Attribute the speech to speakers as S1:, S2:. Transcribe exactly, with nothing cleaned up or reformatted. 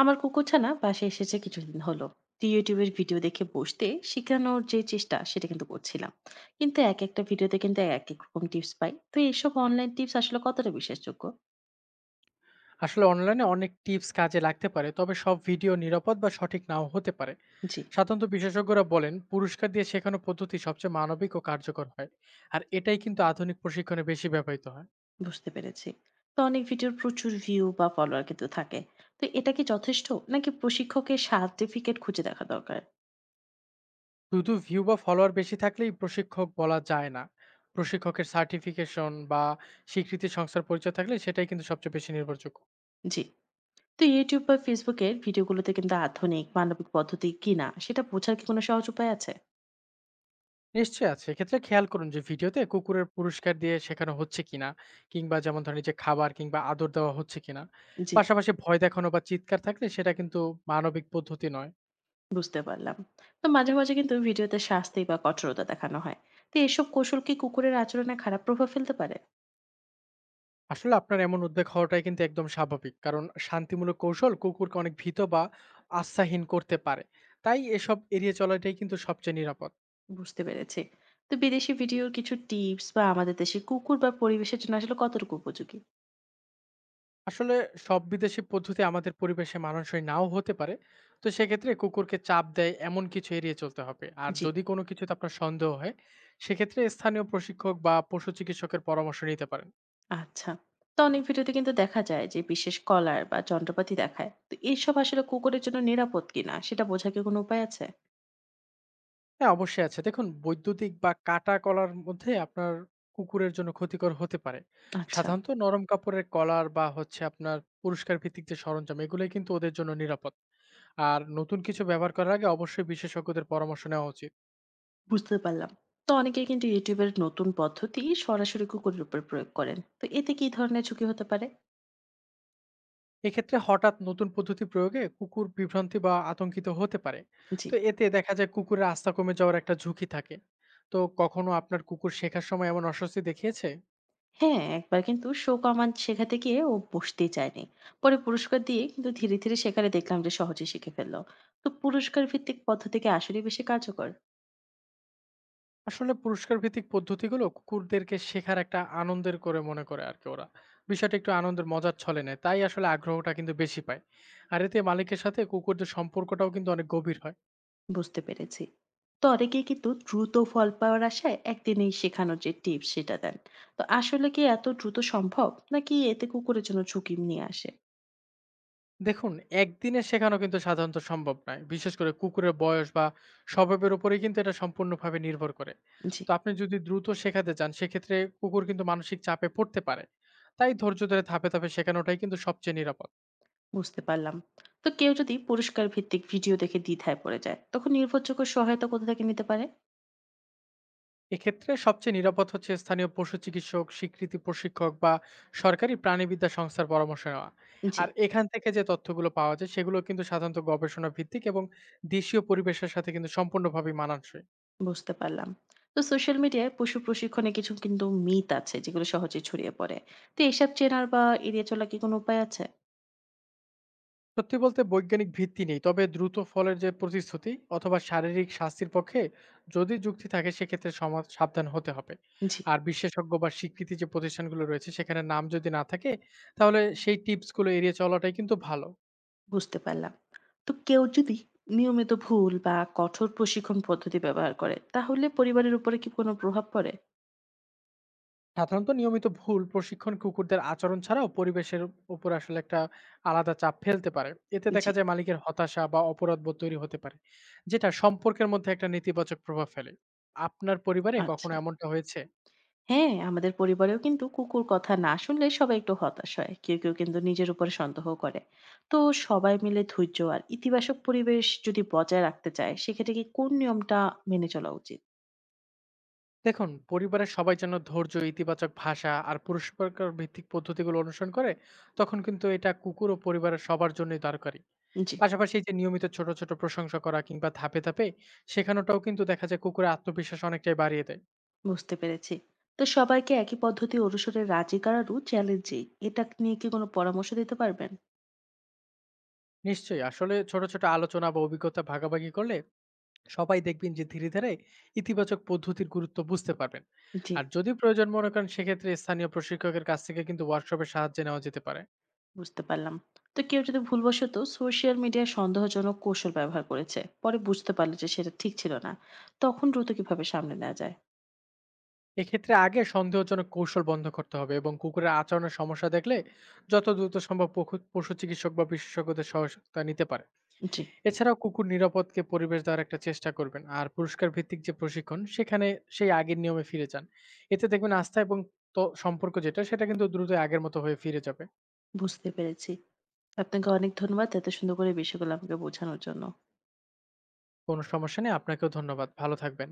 S1: আমার কুকুরছানা বাসায় এসেছে কিছুদিন হলো। তো ইউটিউবের ভিডিও দেখে বসতে শেখানোর যে চেষ্টা সেটা কিন্তু করছিলাম। কিন্তু এক একটা ভিডিওতে কিন্তু এক এক রকম টিপস পাই। তো এইসব অনলাইন টিপস আসলে কতটা বিশ্বাসযোগ্য?
S2: আসলে অনলাইনে অনেক টিপস কাজে লাগতে পারে, তবে সব ভিডিও নিরাপদ বা সঠিক নাও হতে পারে।
S1: জি,
S2: সাধারণত বিশেষজ্ঞরা বলেন পুরস্কার দিয়ে শেখানো পদ্ধতি সবচেয়ে মানবিক ও কার্যকর হয়। আর এটাই কিন্তু আধুনিক প্রশিক্ষণে বেশি ব্যবহৃত হয়।
S1: বুঝতে পেরেছি। তো অনেক ভিডিওর প্রচুর ভিউ বা ফলোয়ার কিন্তু থাকে। তো এটা কি যথেষ্ট, নাকি প্রশিক্ষকের সার্টিফিকেট খুঁজে দেখা দরকার?
S2: শুধু ভিউ বা ফলোয়ার বেশি থাকলেই প্রশিক্ষক বলা যায় না। প্রশিক্ষকের সার্টিফিকেশন বা স্বীকৃতি সংস্থার পরিচয় থাকলে সেটাই কিন্তু সবচেয়ে বেশি নির্ভরযোগ্য।
S1: জি। তো ইউটিউব বা ফেসবুকের ভিডিওগুলোতে কিন্তু আধুনিক মানবিক পদ্ধতি কিনা সেটা বোঝার কি কোনো সহজ উপায় আছে?
S2: নিশ্চয়ই আছে। এক্ষেত্রে খেয়াল করুন যে ভিডিওতে কুকুরের পুরস্কার দিয়ে শেখানো হচ্ছে কিনা, কিংবা যেমন ধরেন এই যে খাবার কিংবা আদর দেওয়া হচ্ছে কিনা।
S1: জি,
S2: পাশাপাশি ভয় দেখানো বা চিৎকার থাকলে সেটা কিন্তু মানবিক পদ্ধতি নয়।
S1: বুঝতে পারলাম। তো মাঝে, মাঝে কিন্তু ভিডিওতে শাস্তি বা কঠোরতা দেখানো হয়। তো এসব কৌশল কি কুকুরের আচরণে খারাপ প্রভাব ফেলতে পারে?
S2: আসলে আপনার এমন উদ্বেগ হওয়াটাই কিন্তু একদম স্বাভাবিক। কারণ শান্তিমূলক কৌশল কুকুরকে অনেক ভীত বা আস্থাহীন করতে পারে। তাই এসব এড়িয়ে চলাটাই কিন্তু সবচেয়ে নিরাপদ।
S1: বুঝতে পেরেছি। তো বিদেশি ভিডিওর কিছু টিপস বা আমাদের দেশের কুকুর বা পরিবেশের জন্য আসলে কতটুকু উপযোগী?
S2: আসলে সব বিদেশি পদ্ধতি আমাদের পরিবেশে মানানসই নাও হতে পারে। তো সেক্ষেত্রে কুকুরকে চাপ দেয় এমন কিছু এড়িয়ে চলতে হবে, আর
S1: জি।
S2: যদি কোনো কিছুতে আপনার সন্দেহ হয় সেক্ষেত্রে স্থানীয় প্রশিক্ষক বা পশু চিকিৎসকের পরামর্শ নিতে পারেন।
S1: আচ্ছা। তো অনেক ভিডিওতে কিন্তু দেখা যায় যে বিশেষ কলার বা যন্ত্রপাতি দেখায়। তো এসব আসলে কুকুরের জন্য নিরাপদ কিনা সেটা বোঝার কি কোনো উপায় আছে?
S2: হ্যাঁ, অবশ্যই আছে। দেখুন, বৈদ্যুতিক বা কাটা কলার মধ্যে আপনার কুকুরের জন্য ক্ষতিকর হতে পারে।
S1: আচ্ছা,
S2: সাধারণত নরম কাপড়ের কলার বা হচ্ছে আপনার পুরস্কার ভিত্তিক যে সরঞ্জাম, এগুলোই কিন্তু ওদের জন্য নিরাপদ। আর নতুন কিছু ব্যবহার করার আগে অবশ্যই বিশেষজ্ঞদের পরামর্শ নেওয়া উচিত।
S1: বুঝতে পারলাম। তো অনেকেই কিন্তু YouTube এর নতুন পদ্ধতি সরাসরি কুকুরের উপর প্রয়োগ করেন। তো এতে কি ধরনের ঝুঁকি হতে পারে?
S2: এক্ষেত্রে হঠাৎ নতুন পদ্ধতি প্রয়োগে কুকুর বিভ্রান্তি বা আতঙ্কিত হতে পারে।
S1: জি।
S2: তো এতে দেখা যায় কুকুরের আস্থা কমে যাওয়ার একটা ঝুঁকি থাকে। তো কখনো আপনার কুকুর শেখার সময় এমন অস্বস্তি দেখিয়েছে?
S1: হ্যাঁ, একবার কিন্তু শো কমান্ড শেখাতে গিয়ে ও বসতেই চায়নি। পরে পুরস্কার দিয়ে কিন্তু ধীরে ধীরে সেখানে দেখলাম যে সহজে শিখে ফেললো। তো পুরস্কার ভিত্তিক পদ্ধতিকে আসলে বেশি কার্যকর।
S2: আসলে পুরস্কার ভিত্তিক পদ্ধতিগুলো কুকুরদেরকে শেখার একটা আনন্দের করে মনে করে আর কি, ওরা বিষয়টা একটু আনন্দের মজার ছলে নেয়, তাই আসলে আগ্রহটা কিন্তু বেশি পায়। আর এতে মালিকের সাথে কুকুরদের সম্পর্কটাও কিন্তু অনেক গভীর হয়।
S1: বুঝতে পেরেছি। তো অনেকেই কিন্তু দ্রুত ফল পাওয়ার আশায় একদিনেই শেখানোর যে টিপস সেটা দেন। তো আসলে কি এত দ্রুত সম্ভব, নাকি এতে কুকুরের জন্য ঝুঁকি নিয়ে আসে?
S2: দেখুন, একদিনে শেখানো কিন্তু সাধারণত সম্ভব নয়, বিশেষ করে কুকুরের বয়স বা স্বভাবের উপরেই কিন্তু এটা সম্পূর্ণভাবে নির্ভর করে।
S1: জি,
S2: তো আপনি যদি দ্রুত শেখাতে চান সেক্ষেত্রে কুকুর কিন্তু মানসিক চাপে পড়তে পারে। তাই ধৈর্য ধরে ধাপে ধাপে শেখানোটাই কিন্তু সবচেয়ে নিরাপদ।
S1: বুঝতে পারলাম। তো কেউ যদি পুরস্কার ভিত্তিক ভিডিও দেখে দ্বিধায় পড়ে যায়, তখন নির্ভরযোগ্য সহায়তা কোথা থেকে নিতে পারে?
S2: এক্ষেত্রে সবচেয়ে নিরাপদ হচ্ছে স্থানীয় পশু চিকিৎসক, স্বীকৃতি প্রশিক্ষক বা সরকারি প্রাণীবিদ্যা সংস্থার পরামর্শ নেওয়া।
S1: জি,
S2: আর এখান থেকে যে তথ্যগুলো পাওয়া যায় সেগুলো কিন্তু সাধারণত গবেষণা ভিত্তিক এবং দেশীয় পরিবেশের সাথে কিন্তু সম্পূর্ণভাবে মানানসই।
S1: বুঝতে পারলাম। তো সোশ্যাল মিডিয়ায় পশু প্রশিক্ষণে কিছু কিন্তু মিথ আছে যেগুলো সহজে ছড়িয়ে পড়ে। তো এসব চেনার বা এড়িয়ে চলার কি কোনো উপায় আছে?
S2: সত্যি বলতে বৈজ্ঞানিক ভিত্তি নেই। তবে দ্রুত ফলের যে প্রতিশ্রুতি অথবা শারীরিক শাস্তির পক্ষে যদি যুক্তি থাকে সেক্ষেত্রে সমাজ সাবধান হতে হবে।
S1: জি,
S2: আর বিশেষজ্ঞ বা স্বীকৃতি যে প্রতিষ্ঠানগুলো রয়েছে সেখানে নাম যদি না থাকে তাহলে সেই টিপসগুলো এড়িয়ে চলাটাই কিন্তু ভালো।
S1: বুঝতে পারলাম। তো কেউ যদি নিয়মিত ভুল বা কঠোর প্রশিক্ষণ পদ্ধতি ব্যবহার করে, তাহলে পরিবারের উপরে কি কোনো প্রভাব পড়ে?
S2: সাধারণত নিয়মিত ভুল প্রশিক্ষণ কুকুরদের আচরণ ছাড়াও পরিবেশের উপর আসলে একটা আলাদা চাপ ফেলতে পারে। এতে
S1: জি।
S2: দেখা যায় মালিকের হতাশা বা অপরাধবোধ তৈরি হতে পারে। যেটা সম্পর্কের মধ্যে একটা নেতিবাচক প্রভাব ফেলে। আপনার পরিবারে
S1: আচ্ছা।
S2: কখনো এমনটা হয়েছে?
S1: হ্যাঁ, আমাদের পরিবারেও কিন্তু কুকুর কথা না শুনলে সবাই একটু হতাশ হয়। কেউ, কেউ কিন্তু নিজের উপরে সন্দেহ করে। তো সবাই মিলে ধৈর্য আর ইতিবাচক পরিবেশ যদি বজায় রাখতে চায়, সেক্ষেত্রে কি কোন নিয়মটা মেনে চলা উচিত?
S2: দেখুন, পরিবারের সবাই যেন ধৈর্য, ইতিবাচক ভাষা আর পুরস্কার ভিত্তিক পদ্ধতিগুলো অনুসরণ করে, তখন কিন্তু এটা কুকুর ও পরিবারের সবার জন্যই দরকারি।
S1: জি,
S2: পাশাপাশি এই যে নিয়মিত ছোট ছোট প্রশংসা করা কিংবা ধাপে ধাপে শেখানোটাও কিন্তু দেখা যায় কুকুরের আত্মবিশ্বাস অনেকটাই বাড়িয়ে দেয়।
S1: বুঝতে পেরেছি। তো সবাইকে একই পদ্ধতি অনুসরণে রাজি করানো চ্যালেঞ্জিং। এটা নিয়ে কি কোনো পরামর্শ দিতে পারবেন?
S2: নিশ্চয়ই। আসলে ছোট ছোট আলোচনা বা অভিজ্ঞতা ভাগাভাগি করলে সবাই দেখবেন যে ধীরে ধীরে ইতিবাচক পদ্ধতির গুরুত্ব বুঝতে পারবেন।
S1: জি,
S2: আর যদি প্রয়োজন মনে করেন সেক্ষেত্রে স্থানীয় প্রশিক্ষকের কাছ থেকে কিন্তু ওয়ার্কশপের সাহায্য নেওয়া যেতে পারে।
S1: বুঝতে পারলাম। তো কেউ যদি ভুলবশত সোশ্যাল মিডিয়ায় সন্দেহজনক কৌশল ব্যবহার করেছে, পরে বুঝতে পারলো যে সেটা ঠিক ছিল না, তখন দ্রুত কিভাবে সামলে নেওয়া যায়?
S2: এক্ষেত্রে আগে সন্দেহজনক কৌশল বন্ধ করতে হবে এবং কুকুরের আচরণের সমস্যা দেখলে যত দ্রুত সম্ভব পশু পশু চিকিৎসক বা বিশেষজ্ঞদের সহায়তা নিতে পারে।
S1: জি,
S2: এছাড়াও কুকুর নিরাপদকে পরিবেশ দেওয়ার একটা চেষ্টা করবেন, আর পুরস্কার ভিত্তিক যে প্রশিক্ষণ সেখানে সেই আগের নিয়মে ফিরে যান। এতে দেখবেন আস্থা এবং তো সম্পর্ক যেটা সেটা কিন্তু দ্রুত আগের মতো হয়ে ফিরে যাবে।
S1: বুঝতে পেরেছি। আপনাকে অনেক ধন্যবাদ এত সুন্দর করে বিষয়গুলো আমাকে বোঝানোর জন্য।
S2: কোনো সমস্যা নেই, আপনাকেও ধন্যবাদ, ভালো থাকবেন।